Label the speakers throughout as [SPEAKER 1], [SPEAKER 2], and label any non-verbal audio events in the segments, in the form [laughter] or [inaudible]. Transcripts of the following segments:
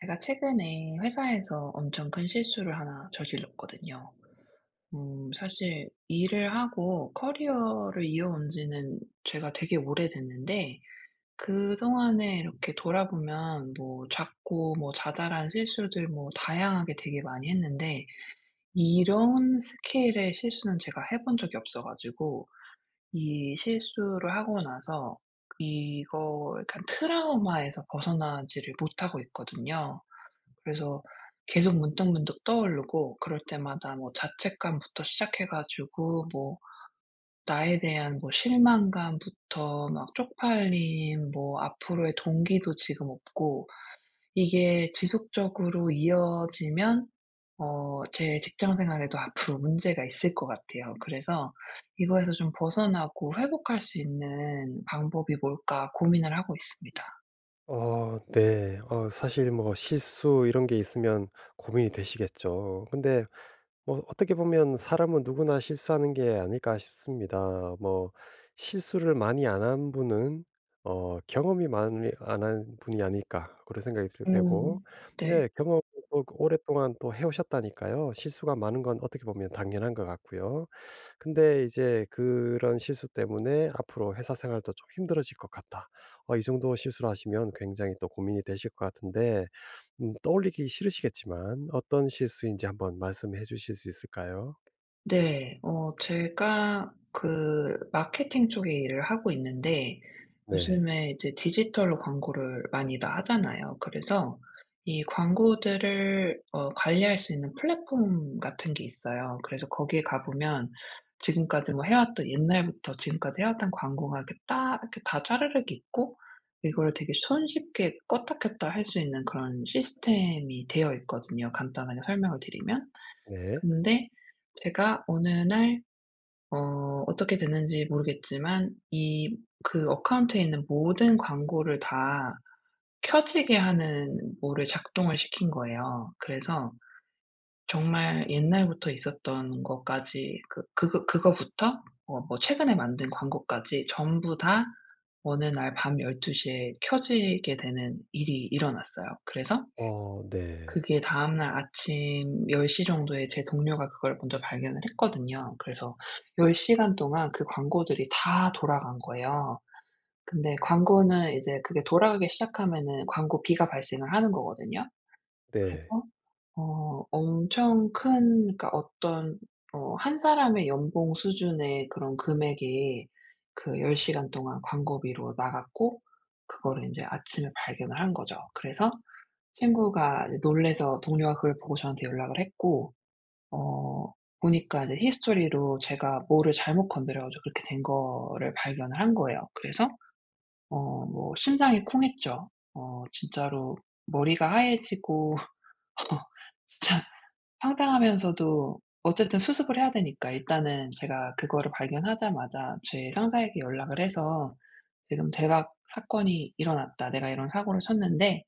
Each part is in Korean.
[SPEAKER 1] 제가 최근에 회사에서 엄청 큰 실수를 하나 저질렀거든요. 사실 일을 하고 커리어를 이어온 지는 제가 되게 오래됐는데, 그동안에 이렇게 돌아보면 뭐 작고 뭐 자잘한 실수들 뭐 다양하게 되게 많이 했는데, 이런 스케일의 실수는 제가 해본 적이 없어가지고, 이 실수를 하고 나서 이거 약간 트라우마에서 벗어나지를 못하고 있거든요. 그래서 계속 문득문득 떠오르고, 그럴 때마다 뭐 자책감부터 시작해 가지고, 뭐 나에 대한 뭐 실망감부터 막 쪽팔림, 뭐 앞으로의 동기도 지금 없고, 이게 지속적으로 이어지면 어 제 직장 생활에도 앞으로 문제가 있을 것 같아요. 그래서 이거에서 좀 벗어나고 회복할 수 있는 방법이 뭘까 고민을 하고 있습니다.
[SPEAKER 2] 네. 사실 뭐 실수 이런 게 있으면 고민이 되시겠죠. 근데 뭐 어떻게 보면 '사람은 누구나 실수하는 게 아닐까.' 싶습니다. 뭐 실수를 많이 안 한 분은 '경험이 많이 안 한 분이 아닐까.' 그런 생각이 들 되고
[SPEAKER 1] 음. 네.
[SPEAKER 2] 네 경험을 또 오랫동안 또 해 오셨다니까요. 실수가 많은 건 어떻게 보면 당연한 것 같고요. 근데 이제 그런 실수 때문에 '앞으로 회사 생활도 좀 힘들어질 것 같다.' 이 정도 실수를 하시면 굉장히 또 고민이 되실 것 같은데 떠올리기 싫으시겠지만 어떤 실수인지 한번 말씀해 주실 수 있을까요?
[SPEAKER 1] 네. 제가 그 마케팅 쪽에 일을 하고 있는데,
[SPEAKER 2] 네.
[SPEAKER 1] 요즘에 이제 디지털 광고를 많이 다 하잖아요. 그래서 이 광고들을 관리할 수 있는 플랫폼 같은 게 있어요. 그래서 거기에 가 보면 지금까지 뭐 해왔던, 옛날부터 지금까지 해왔던 광고가 이렇게 딱 이렇게 다 짜르륵 있고, 이걸 되게 손쉽게 껐다 켰다 할 수 있는 그런 시스템이 되어 있거든요, 간단하게 설명을 드리면.
[SPEAKER 2] 네.
[SPEAKER 1] 근데 제가 어느 날 어떻게 됐는지 모르겠지만 이 그 어카운트에 있는 모든 광고를 다 켜지게 하는 뭐를 작동을 시킨 거예요. 그래서 정말 옛날부터 있었던 것까지 그거부터 뭐 최근에 만든 광고까지 전부 다, 어느 날 밤 12 시에 켜지게 되는 일이 일어났어요. 그래서
[SPEAKER 2] 네.
[SPEAKER 1] 그게 다음날 아침 10 정도에 제 동료가 그걸 먼저 발견을 했거든요. 그래서 10 시간 동안 그 광고들이 다 돌아간 거예요. 근데 광고는 이제 그게 돌아가기 시작하면은 광고비가 발생을 하는 거거든요.
[SPEAKER 2] 네.
[SPEAKER 1] 그래서 엄청 큰, 그러니까 어떤 한 사람의 연봉 수준의 그런 금액이 그 10 시간 동안 광고비로 나갔고, 그거를 인제 아침에 발견을 한 거죠. 그래서 친구가 이제 놀라서, 동료가 그걸 보고 저한테 연락을 했고, 어 보니까 이제 히스토리로 제가 뭐를 잘못 건드려 가지고 그렇게 된 거를 발견을 한 거예요. 그래서 뭐 심장이 쿵했죠. 진짜로 머리가 하얘지고 [laughs] 진짜 황당하면서도 어쨌든 수습을 해야 되니까 일단은 제가 그거를 발견하자마자 제 상사에게 연락을 해서 "지금 대박 사건이 일어났다. 내가 이런 사고를 쳤는데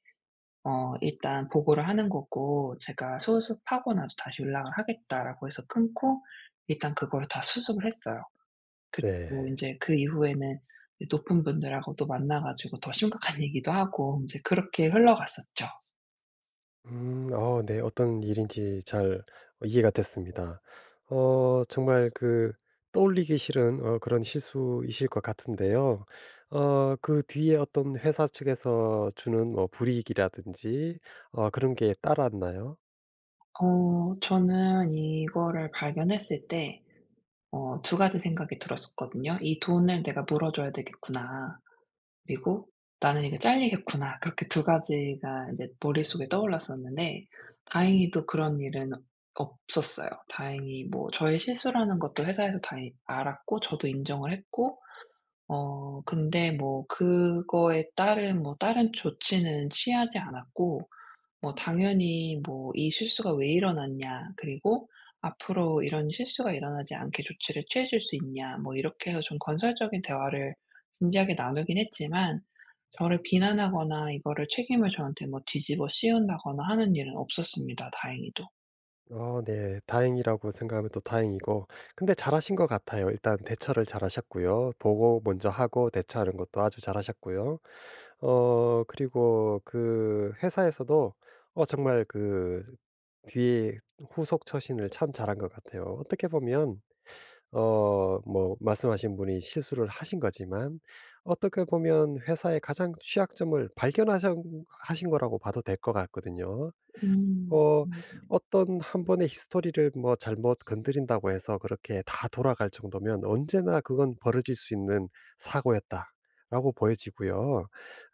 [SPEAKER 1] 일단 보고를 하는 거고, 제가 수습하고 나서 다시 연락을 하겠다."라고 해서 끊고, 일단 그거를 다 수습을 했어요. 그리고
[SPEAKER 2] 네.
[SPEAKER 1] 인제 그 이후에는 이 높은 분들하고 또 만나 가지고 더 심각한 [laughs] 얘기도 하고, 인제 그렇게 흘러갔었죠.
[SPEAKER 2] 음. 네. 어떤 일인지 잘 이해가 됐습니다. 정말 그 떠올리기 싫은 그런 실수이실 것 같은데요. 그 뒤에 어떤 회사 측에서 주는 뭐 불이익이라든지 그런 게 따랐나요?
[SPEAKER 1] 저는 이거를 발견했을 때 두 가지 생각이 들었었거든요. '이 돈을 내가 물어줘야 되겠구나.' 그리고 '나는 이게 잘리겠구나.' 그렇게 두 가지가 이제 머릿속에 떠올랐었는데, 다행히도 그런 일은 없었어요. 다행히 뭐 저의 실수라는 것도 회사에서 다 이 알았고 저도 인정을 했고, 근데 뭐 그거에 따른 뭐 다른 조치는 취하지 않았고, 뭐 당연히 뭐 "이 실수가 왜 일어났냐." 그리고 "앞으로 이런 실수가 일어나지 않게 조치를 취해 줄 수 있냐." 뭐 이렇게 해서 좀 건설적인 대화를 진지하게 나누긴 했지만, 저를 비난하거나 이거를 책임을 저한테 뭐 뒤집어 씌운다거나 하는 일은 없었습니다, 다행히도.
[SPEAKER 2] 네. 다행이라고 생각하면 또 다행이고 근데 잘하신 것 같아요. 일단 대처를 잘하셨고요. 보고 먼저 하고 대처하는 것도 아주 잘하셨고요. 그리고 그 회사에서도 정말 그 뒤에 후속 처신을 참 잘한 것 같아요. 어떻게 보면 뭐 말씀하신 분이 실수를 하신 거지만 어떻게 보면 회사의 가장 취약점을 발견하신 하신 거라고 봐도 될 것 같거든요.
[SPEAKER 1] 음.
[SPEAKER 2] 어 어떤 한 번의 히스토리를 뭐 잘못 건드린다고 해서 그렇게 다 돌아갈 정도면 언제나 그건 벌어질 수 있는 사고였다라고 보여지고요.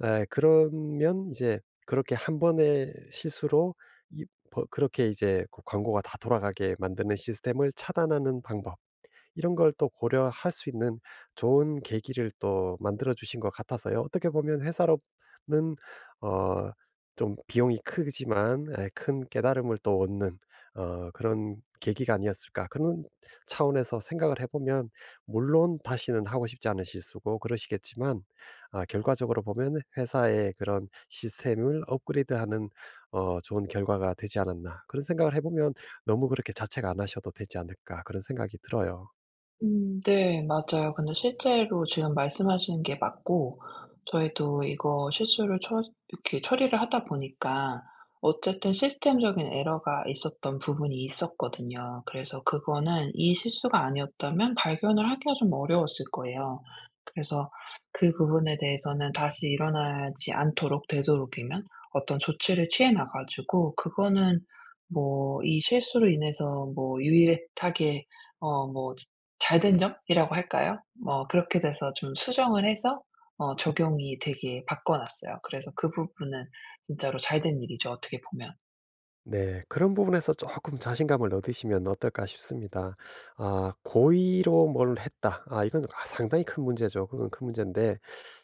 [SPEAKER 2] 그러면 이제 그렇게 한 번의 실수로 이 버 그렇게 이제 그 광고가 다 돌아가게 만드는 시스템을 차단하는 방법 이런 걸 또 고려할 수 있는 좋은 계기를 또 만들어 주신 것 같아서요. 어떻게 보면 회사로는 어 좀 비용이 크지만 큰 깨달음을 또 얻는 그런 계기가 아니었을까 그런 차원에서 생각을 해 보면 물론 다시는 하고 싶지 않으실 수고 그러시겠지만 결과적으로 보면 '회사의 그런 시스템을 업그레이드하는 좋은 결과가 되지 않았나.' 그런 생각을 해 보면 너무 그렇게 자책 안 하셔도 되지 않을까 그런 생각이 들어요.
[SPEAKER 1] 음, 네, 맞아요. 근데 실제로 지금 말씀하시는 게 맞고, 저희도 이거 실수를 처 이렇게 처리를 하다 보니까 어쨌든 시스템적인 에러가 있었던 부분이 있었거든요. 그래서 그거는 이 실수가 아니었다면 발견을 하기가 좀 어려웠을 거예요. 그래서 그 부분에 대해서는 다시 일어나지 않도록 되도록이면 어떤 조치를 취해 놔 가지고, 그거는 뭐 이 실수로 인해서 뭐 유일하게 어뭐 잘된 점이라고 할까요? 뭐 그렇게 돼서 좀 수정을 해서 적용이 되게 바꿔 놨어요. 그래서 그 부분은 진짜로 잘된 일이죠, 어떻게 보면.
[SPEAKER 2] 네. 그런 부분에서 조금 자신감을 얻으시면 어떨까 싶습니다. 고의로 뭘 했다. 이건 상당히 큰 문제죠. 그건 큰 문제인데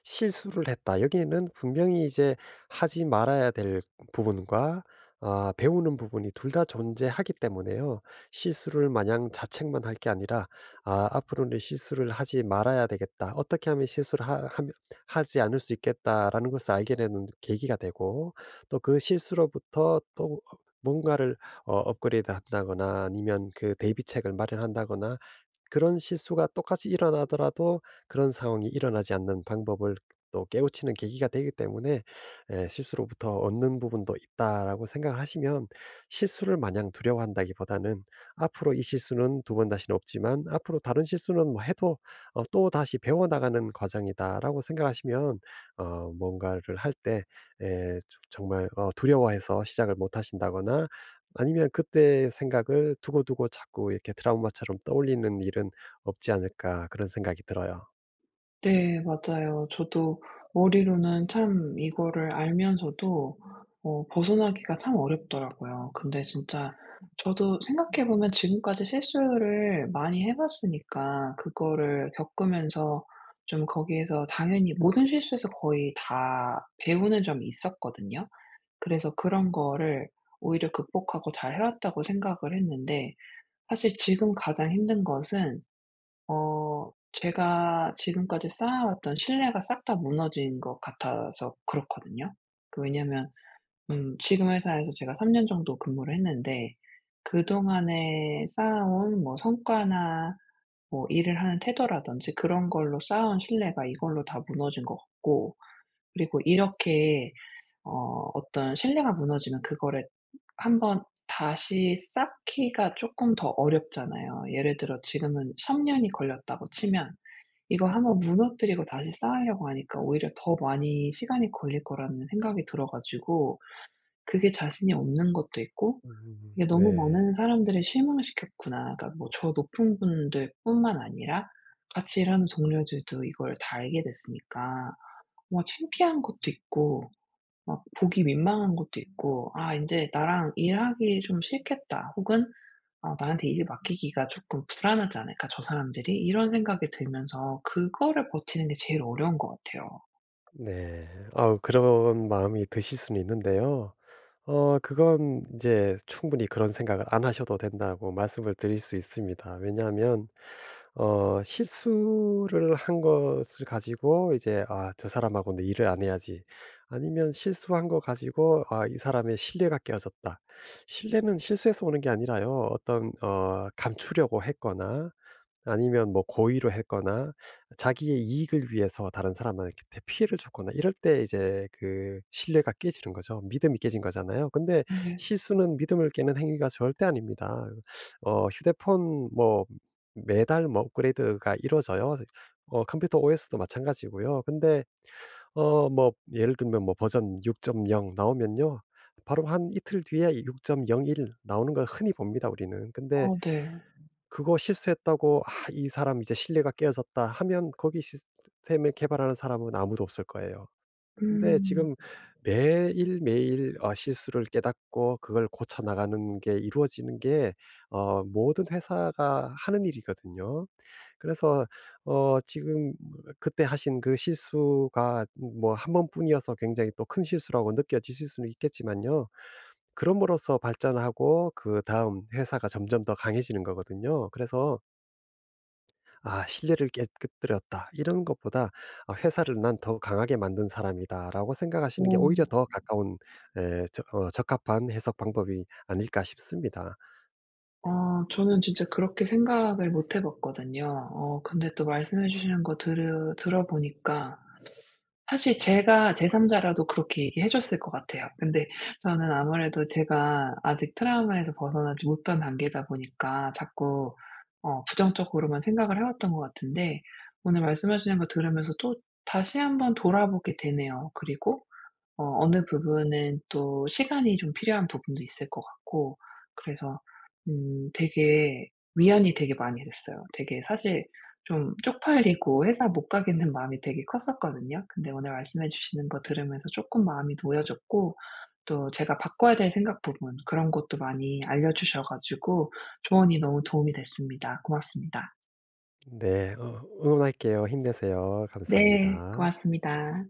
[SPEAKER 2] 실수를 했다. 여기에는 분명히 이제 하지 말아야 될 부분과 배우는 부분이 둘 다 존재하기 때문에요. 실수를 마냥 자책만 할 게 아니라 '아 앞으로는 실수를 하지 말아야 되겠다. 어떻게 하면 실수를 하 하면 하지 않을 수 있겠다.'라는 것을 알게 되는 계기가 되고 또 그 실수로부터 또 뭔가를 업그레이드 한다거나 아니면 그 대비책을 마련한다거나 그런 실수가 똑같이 일어나더라도 그런 상황이 일어나지 않는 방법을 또 깨우치는 계기가 되기 때문에 '실수로부터 얻는 부분도 있다.'라고 생각을 하시면 실수를 마냥 두려워한다기보다는 '앞으로 이 실수는 두 번 다시는 없지만 앞으로 다른 실수는 뭐 해도 또다시 배워나가는 과정이다.'라고 생각하시면 뭔가를 할때 예 정말 두려워해서 시작을 못 하신다거나 아니면 그때의 생각을 두고두고 자꾸 이렇게 트라우마처럼 떠올리는 일은 없지 않을까 그런 생각이 들어요.
[SPEAKER 1] 네, 맞아요. 저도 머리로는 참 이거를 알면서도 벗어나기가 참 어렵더라고요. 근데 진짜 저도 생각해 보면 지금까지 실수를 많이 해 봤으니까 그거를 겪으면서 좀, 거기에서 당연히 모든 실수에서 거의 다 배우는 점이 있었거든요. 그래서 그런 거를 오히려 극복하고 잘 해왔다고 생각을 했는데, 사실 지금 가장 힘든 것은 제가 지금까지 쌓아왔던 신뢰가 싹 다 무너진 것 같아서 그렇거든요. 그 왜냐면 지금 회사에서 제가 3년 정도 근무를 했는데, 그동안에 쌓아온 뭐 성과나 뭐 일을 하는 태도라든지 그런 걸로 쌓아온 신뢰가 이걸로 다 무너진 것 같고, 그리고 이렇게 어떤 신뢰가 무너지면 그거를 한번 다시 쌓기가 쪼끔 더 어렵잖아요. 예를 들어 지금은 3 년이 걸렸다고 치면, 이걸 한번 무너뜨리고 다시 쌓으려고 하니까 오히려 더 많이 시간이 걸릴 거라는 생각이 들어 가지고 그게 자신이 없는 것도 있고,
[SPEAKER 2] 음.
[SPEAKER 1] '이게 너무
[SPEAKER 2] 네.
[SPEAKER 1] 많은 사람들을 실망시켰구나.' 그러니까 뭐 저 높은 분들뿐만 아니라 같이 일하는 동료들도 이걸 다 알게 됐으니까, 뭔가 창피한 것도 있고 막 보기 민망한 것도 있고, '아, 이제 나랑 일하기 좀 싫겠다.' 혹은 '나한테 일 맡기기가 조금 불안하지 않을까, 저 사람들이?' 이런 생각이 들면서 그거를 버티는 게 제일 어려운 것 같아요.
[SPEAKER 2] 네. 그런 마음이 드실 수는 있는데요. 그건 이제 충분히 그런 생각을 안 하셔도 된다고 말씀을 드릴 수 있습니다. 왜냐하면 실수를 한 것을 가지고 이제 '아 저 사람하고는 일을 안 해야지.' 아니면 실수한 거 가지고 '아 이 사람의 신뢰가 깨어졌다.' 신뢰는 실수에서 오는 게 아니라요. 어떤 감추려고 했거나 아니면 뭐 고의로 했거나 자기의 이익을 위해서 다른 사람한테 피해를 줬거나 이럴 때 이제 그 신뢰가 깨지는 거죠. 믿음이 깨진 거잖아요. 근데
[SPEAKER 1] 네.
[SPEAKER 2] 실수는 믿음을 깨는 행위가 절대 아닙니다. 휴대폰 뭐 매달 뭐 업그레이드가 이루어져요. 컴퓨터 OS도 마찬가지고요. 근데 뭐 예를 들면 뭐 버전 6.0 나오면요. 바로 한 이틀 뒤에 6.01 나오는 걸 흔히 봅니다, 우리는. 근데
[SPEAKER 1] 네.
[SPEAKER 2] 그거 실수했다고 '아 이 사람 이제 신뢰가 깨어졌다.' 하면 거기 시스템을 개발하는 사람은 아무도 없을 거예요. 근데
[SPEAKER 1] 음.
[SPEAKER 2] 지금 매일매일 실수를 깨닫고 그걸 고쳐 나가는 게 이루어지는 게 모든 회사가 하는 일이거든요. 그래서 지금 그때 하신 그 실수가 뭐 한 번뿐이어서 굉장히 또 큰 실수라고 느껴지실 수는 있겠지만요. 그럼으로써 발전하고 그다음 회사가 점점 더 강해지는 거거든요. 그래서 '아 신뢰를 깨뜨렸다.' 이런 것보다 아 '회사를 난 더 강하게 만든 사람이다.'라고
[SPEAKER 1] 어
[SPEAKER 2] 생각하시는 게 오히려 더 가까운 에적어 적합한 해석 방법이 아닐까 싶습니다.
[SPEAKER 1] 저는 진짜 그렇게 생각을 못 해 봤거든요. 근데 또 말씀해 주시는 거 들으 들어 보니까 사실 제가 제3자라도 그렇게 얘기해 줬을 것 같아요. 근데 저는 아무래도 제가 아직 트라우마에서 벗어나지 못한 단계다 보니까 자꾸 부정적으로만 생각을 해 왔던 것 같은데, 오늘 말씀하시는 거 들으면서 또 다시 한번 돌아보게 되네요. 그리고 어느 부분은 또 시간이 좀 필요한 부분도 있을 것 같고, 그래서 되게 위안이 되게 많이 됐어요. 되게 사실 좀 쪽팔리고 회사 못 가겠는 마음이 되게 컸었거든요. 근데 오늘 말씀해 주시는 거 들으면서 조금 마음이 놓여졌고, 또 제가 바꿔야 될 생각 부분, 그런 것도 많이 알려 주셔 가지고 조언이 너무 도움이 됐습니다. 고맙습니다.
[SPEAKER 2] 네. 응원할게요. 힘내세요.
[SPEAKER 1] 네,
[SPEAKER 2] 감사합니다.
[SPEAKER 1] 고맙습니다.